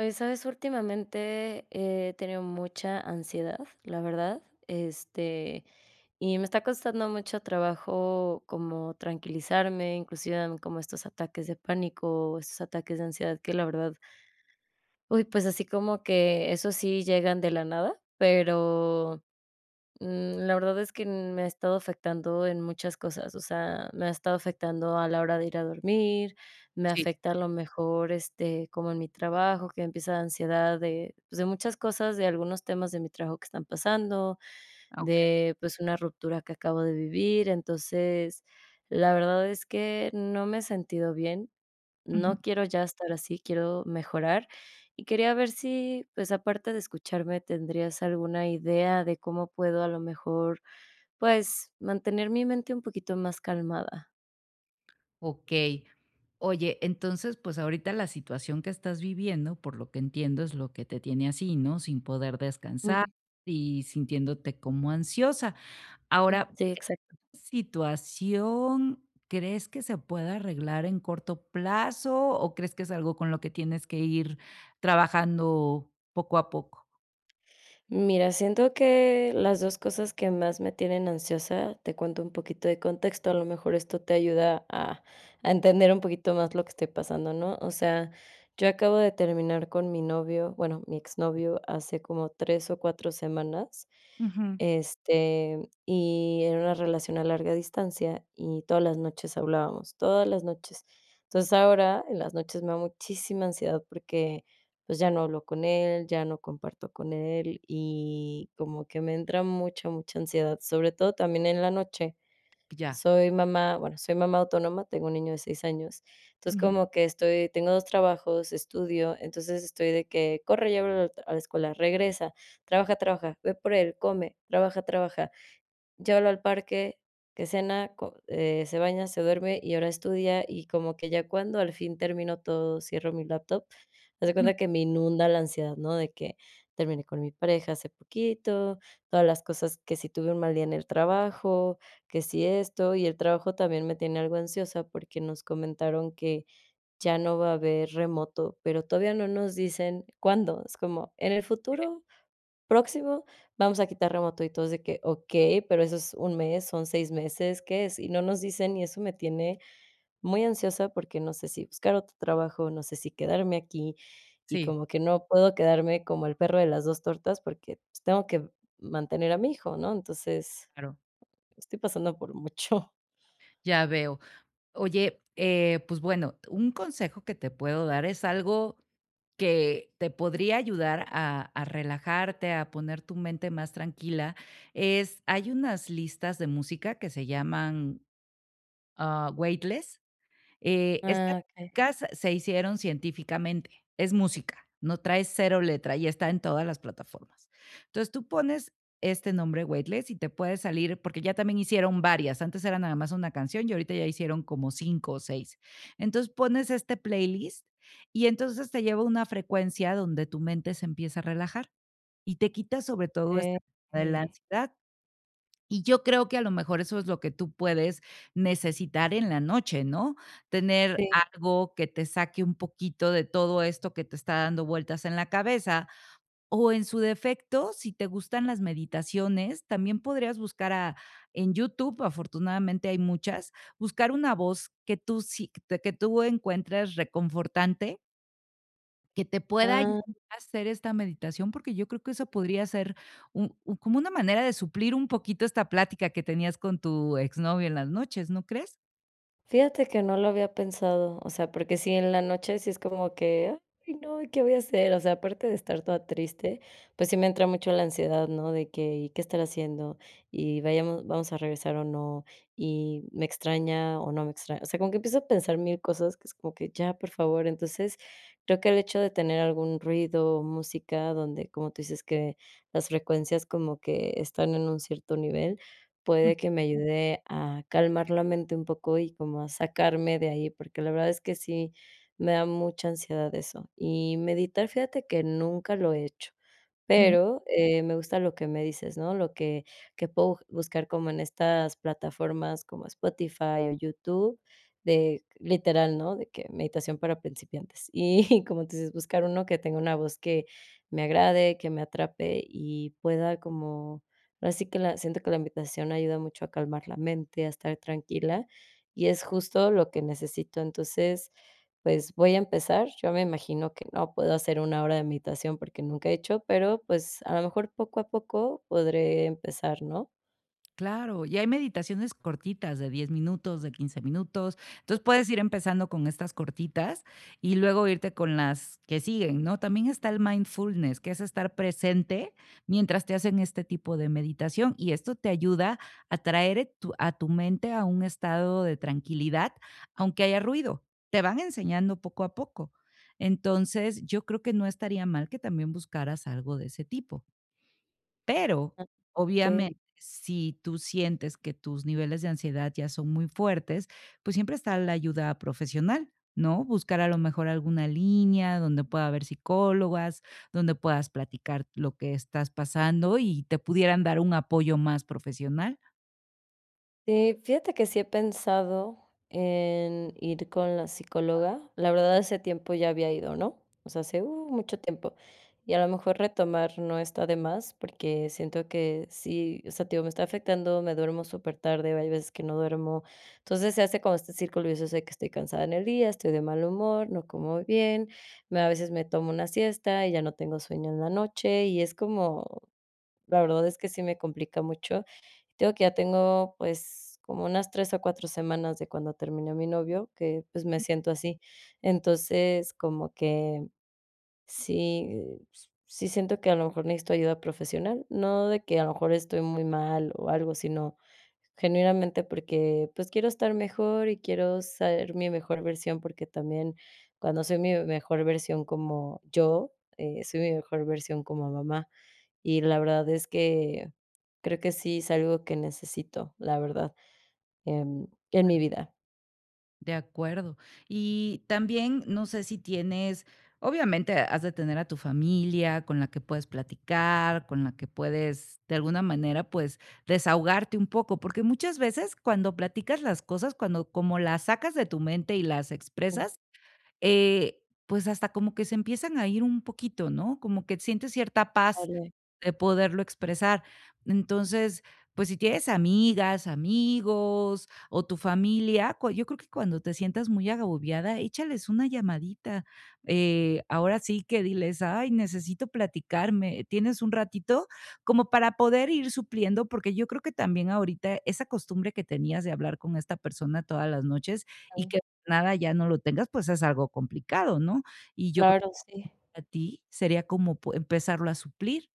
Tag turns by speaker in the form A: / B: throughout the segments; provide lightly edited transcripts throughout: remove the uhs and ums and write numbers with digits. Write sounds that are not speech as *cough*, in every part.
A: Oye, ¿sabes? Últimamente he tenido mucha ansiedad, la verdad, este, y me está costando mucho trabajo como tranquilizarme, inclusive dan como estos ataques de pánico, o estos ataques de ansiedad que la verdad, uy, pues así como que eso sí llegan de la nada, pero mm, la verdad es que me ha estado afectando en muchas cosas, o sea, me ha estado afectando a la hora de ir a dormir, me
B: Sí,
A: afecta a lo mejor, como en mi trabajo, que empieza la ansiedad de, pues, de muchas cosas, de algunos temas de mi trabajo que están pasando,
B: okey.
A: de, pues, una ruptura que acabo de vivir. Entonces, la verdad es que no me he sentido bien.
B: Ujú.
A: No quiero ya estar así, quiero mejorar. Y quería ver si, pues, aparte de escucharme, ¿tendrías alguna idea de cómo puedo a lo mejor, pues, mantener mi mente un poquito más calmada?
B: Okey. Oye, entonces, pues, ahorita la situación que estás viviendo, por lo que entiendo, es lo que te tiene así, ¿no? Sin poder
A: Ujú,
B: descansar y sintiéndote como ansiosa. Ahora,
A: sí, exacto.
B: ¿situación crees que se pueda arreglar en corto plazo o crees que es algo con lo que tienes que ir trabajando poco a poco?
A: Mira, siento que las 2 cosas que más me tienen ansiosa, te cuento un poquito de contexto, a lo mejor esto te ayuda a entender un poquito más lo que estoy pasando, ¿no? O sea, yo acabo de terminar con mi novio, bueno, mi exnovio, hace como 3 o 4 semanas,
B: Ujú.
A: y era una relación a larga distancia y todas las noches hablábamos, todas las noches. Entonces, ahora en las noches me da muchísima ansiedad porque pues ya no hablo con él, ya no comparto con él y como que me entra mucha, mucha ansiedad, sobre todo también en la noche.
B: Ya.
A: Soy mamá, bueno, soy mamá autónoma, tengo un niño de 6 años, entonces
B: Ujú,
A: como que estoy tengo 2 trabajos, estudio, entonces estoy de que corre, llévalo a la escuela, regresa, trabaja, trabaja, ve por él, come, trabaja, trabaja. Llévalo al parque, que cena, co se baña, se duerme y ahora estudia, y como que ya cuando al fin termino todo, cierro mi laptop, haz de
B: ujú.
A: cuenta que me inunda la ansiedad, ¿no? De que terminé con mi pareja hace poquito, todas las cosas que si tuve un mal día en el trabajo, que si esto, y el trabajo también me tiene algo ansiosa porque nos comentaron que ya no va a haber remoto, pero todavía no nos dicen cuándo, es como, ¿en el futuro próximo vamos a quitar remoto, y todos de que: "Okey, pero eso es un mes, son 6 meses, ¿qué es?". Y no nos dicen, y eso me tiene muy ansiosa porque no sé si buscar otro trabajo, no sé si quedarme aquí, y
B: Sí,
A: como que no puedo quedarme como el perro de las 2 tortas porque, pues, tengo que mantener a mi hijo, ¿no? Entonces,
B: claro,
A: estoy pasando por mucho.
B: ya veo. Oye, pues bueno, un consejo que te puedo dar es algo que te podría ayudar a relajarte, a poner tu mente más tranquila, es hay unas listas de música que se llaman Weightless, estas
A: Ah, okey.
B: músicas se hicieron científicamente, es música, no trae cero letra y está en todas las plataformas. Entonces, tú pones este nombre, Weightless, y te puede salir, porque ya también hicieron varias, antes era nada más una canción y ahorita ya hicieron como 5 o 6. Entonces, pones este playlist y entonces te lleva a una frecuencia donde tu mente se empieza a relajar y te quita sobre todo
A: Eh,
B: este tema de la
A: sí.
B: ansiedad. Y yo creo que a lo mejor eso es lo que tú puedes necesitar en la noche, ¿no? Tener
A: Sí.
B: algo que te saque un poquito de todo esto que te está dando vueltas en la cabeza. O en su defecto, si te gustan las meditaciones, también podrías buscar a en YouTube, afortunadamente hay muchas, buscar una voz que tú encuentres reconfortante que te pueda ayudar
A: Ah.
B: a hacer esta meditación, porque yo creo que eso podría ser un como una manera de suplir un poquito esta plática que tenías con tu exnovio en las noches, ¿no crees?
A: Fíjate que no lo había pensado, o sea, porque sí, en la noche sí es como que, ay, no, ¿qué voy a hacer? O sea, aparte de estar toda triste, pues sí me entra mucho la ansiedad, ¿no? De que, ¿y qué estar haciendo? Vamos a regresar o no, y me extraña o no me extraña. O sea, como que empiezo a pensar mil cosas que es como que, ya, por favor. Entonces, creo que el hecho de tener algún ruido, música, donde, como tú dices, que las frecuencias como que están en un cierto nivel puede que me ayude a calmar la mente un poco y como a sacarme de ahí, porque la verdad es que sí me da mucha ansiedad eso. Y meditar, fíjate que nunca lo he hecho, pero, me gusta lo que me dices, ¿no? Lo que puedo buscar como en estas plataformas como Spotify o YouTube, de literal, ¿no? De que meditación para principiantes. Y *laughs* como tú dices, buscar uno que tenga una voz que me agrade, que me atrape y pueda como ahora sí que la siento que la meditación ayuda mucho a calmar la mente, a estar tranquila, y es justo lo que necesito. Entonces, pues, voy a empezar. Yo me imagino que no puedo hacer una hora de meditación porque nunca he hecho, pero, pues, a lo mejor poco a poco podré empezar, ¿no?
B: Claro, y hay meditaciones cortitas de 10 minutos, de 15 minutos. Entonces puedes ir empezando con estas cortitas y luego irte con las que siguen, ¿no? También está el mindfulness, que es estar presente mientras te hacen este tipo de meditación y esto te ayuda a traer a tu mente a un estado de tranquilidad, aunque haya ruido. Te van enseñando poco a poco. Entonces, yo creo que no estaría mal que también buscaras algo de ese tipo. Pero,
A: Ah, okey.
B: obviamente, si tú sientes que tus niveles de ansiedad ya son muy fuertes, pues siempre está la ayuda profesional, ¿no? Buscar a lo mejor alguna línea donde pueda haber psicólogas, donde puedas platicar lo que estás pasando y te pudieran dar un apoyo más profesional.
A: Sí, fíjate que sí he pensado en ir con la psicóloga. La verdad, hace tiempo ya había ido, ¿no? O sea, hace mucho tiempo. Y a lo mejor retomar no está de más, porque siento que sí, o sea, tío, me está afectando, me duermo súper tarde, hay veces que no duermo. Entonces se hace como este círculo, y yo sé que estoy cansada en el día, estoy de mal humor, no como bien, a veces me tomo una siesta y ya no tengo sueño en la noche, y es como, la verdad es que sí me complica mucho te digo que ya tengo, pues, como unas 3 o 4 semanas de cuando terminé mi novio, que, pues, me siento así. Entonces, como que sí, s sí siento que a lo mejor necesito ayuda profesional, no de que a lo mejor estoy muy mal o algo, sino genuinamente porque, pues, quiero estar mejor y quiero ser mi mejor versión, porque también cuando soy mi mejor versión como yo, soy mi mejor versión como mamá. Y la verdad es que creo que sí es algo que necesito, la verdad, en mi vida.
B: De acuerdo. Y también, no sé si tienes, obviamente has de tener a tu familia con la que puedes platicar, con la que puedes de alguna manera, pues, desahogarte un poco, porque muchas veces cuando platicas las cosas, cuando como las sacas de tu mente y las
A: Mm,
B: expresas, eh, pues hasta como que se empiezan a ir un poquito, ¿no? Como que sientes cierta paz
A: darle,
B: de poderlo expresar. Entonces, pues si tienes amigas, amigos o tu familia, yo creo que cuando te sientas muy agobiada, échales una llamadita. Ahora sí que diles, ay, necesito platicarme, tienes un ratito como para poder ir supliendo, porque yo creo que también ahorita esa costumbre que tenías de hablar con esta persona todas las noches y
A: mm,
B: que nada ya no lo tengas, pues es algo complicado, ¿no? Y yo creo
A: claro, sí.
B: que a ti sería como empezarlo a suplir.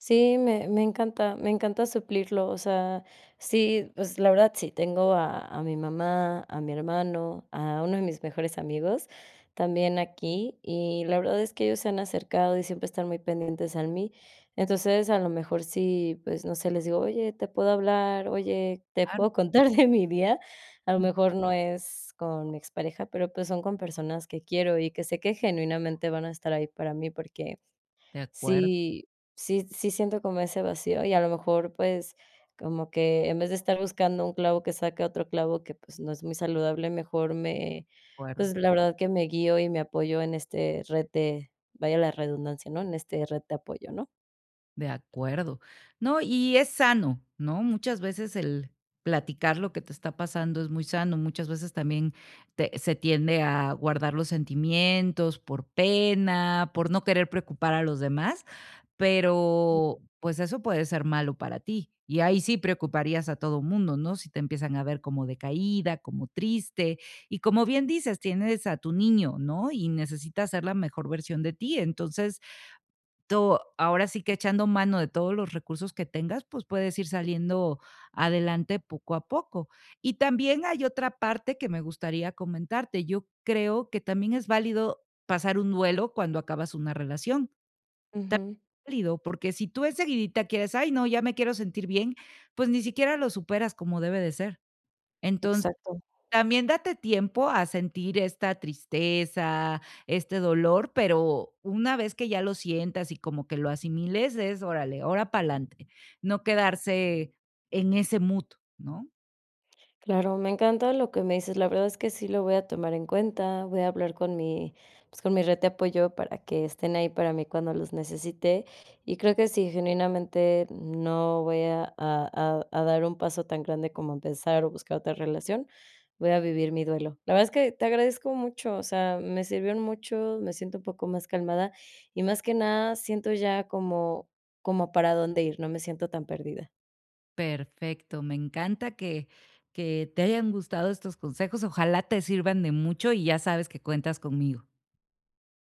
A: Sí, me encanta, me encanta suplirlo, o sea, sí, pues, la verdad sí, tengo a mi mamá, a mi hermano, a uno de mis mejores amigos también aquí, y la verdad es que ellos se han acercado y siempre están muy pendientes a mí. Entonces, a lo mejor sí, pues, no sé, les digo: "Oye, ¿te puedo hablar? Oye, ¿te
B: Claro.
A: puedo *laughs* contar de mi día?". A lo mejor no es con mi expareja, pero, pues, son con personas que quiero y que sé que genuinamente van a estar ahí para mí porque
B: De acuerdo,
A: sí, sí siento como ese vacío y a lo mejor, pues, como que en vez de estar buscando un clavo que saque otro clavo que, pues, no es muy saludable, mejor me
B: de acuerdo,
A: pues, la verdad que me guío y me apoyo en este red de vaya la redundancia, ¿no? En este red de apoyo, ¿no?
B: de acuerdo. No, y es sano, ¿no? Muchas veces el platicar lo que te está pasando es muy sano. Muchas veces también se tiende a guardar los sentimientos por pena, por no querer preocupar a los demás, pero pues eso puede ser malo para ti. Y ahí sí preocuparías a todo mundo, ¿no? Si te empiezan a ver como decaída, como triste. Y como bien dices, tienes a tu niño, ¿no? Y necesitas ser la mejor versión de ti. Entonces, to ahora sí que echando mano de todos los recursos que tengas, pues puedes ir saliendo adelante poco a poco. Y también hay otra parte que me gustaría comentarte. Yo creo que también es válido pasar un duelo cuando acabas una relación. También
A: Ujú,
B: es válido, porque si tú enseguidita quieres, ay, no, ya me quiero sentir bien, pues ni siquiera lo superas como debe de ser. Entonces
A: exacto.
B: también date tiempo a sentir esta tristeza, este dolor, pero una vez que ya lo sientas y como que lo asimiles, es órale, ahora para adelante, no quedarse en ese mood, ¿no?
A: Claro, me encanta lo que me dices. La verdad es que sí lo voy a tomar en cuenta. Voy a hablar con mi, pues con mi red de apoyo para que estén ahí para mí cuando los necesite. Y creo que sí, genuinamente no voy a dar un paso tan grande como empezar o buscar otra relación. Voy a vivir mi duelo. La verdad es que te agradezco mucho. O sea, me sirvieron mucho. Me siento un poco más calmada y más que nada siento ya como, como para dónde ir. No me siento tan perdida.
B: Perfecto, me encanta que te hayan gustado estos consejos, ojalá te sirvan de mucho y ya sabes que cuentas conmigo.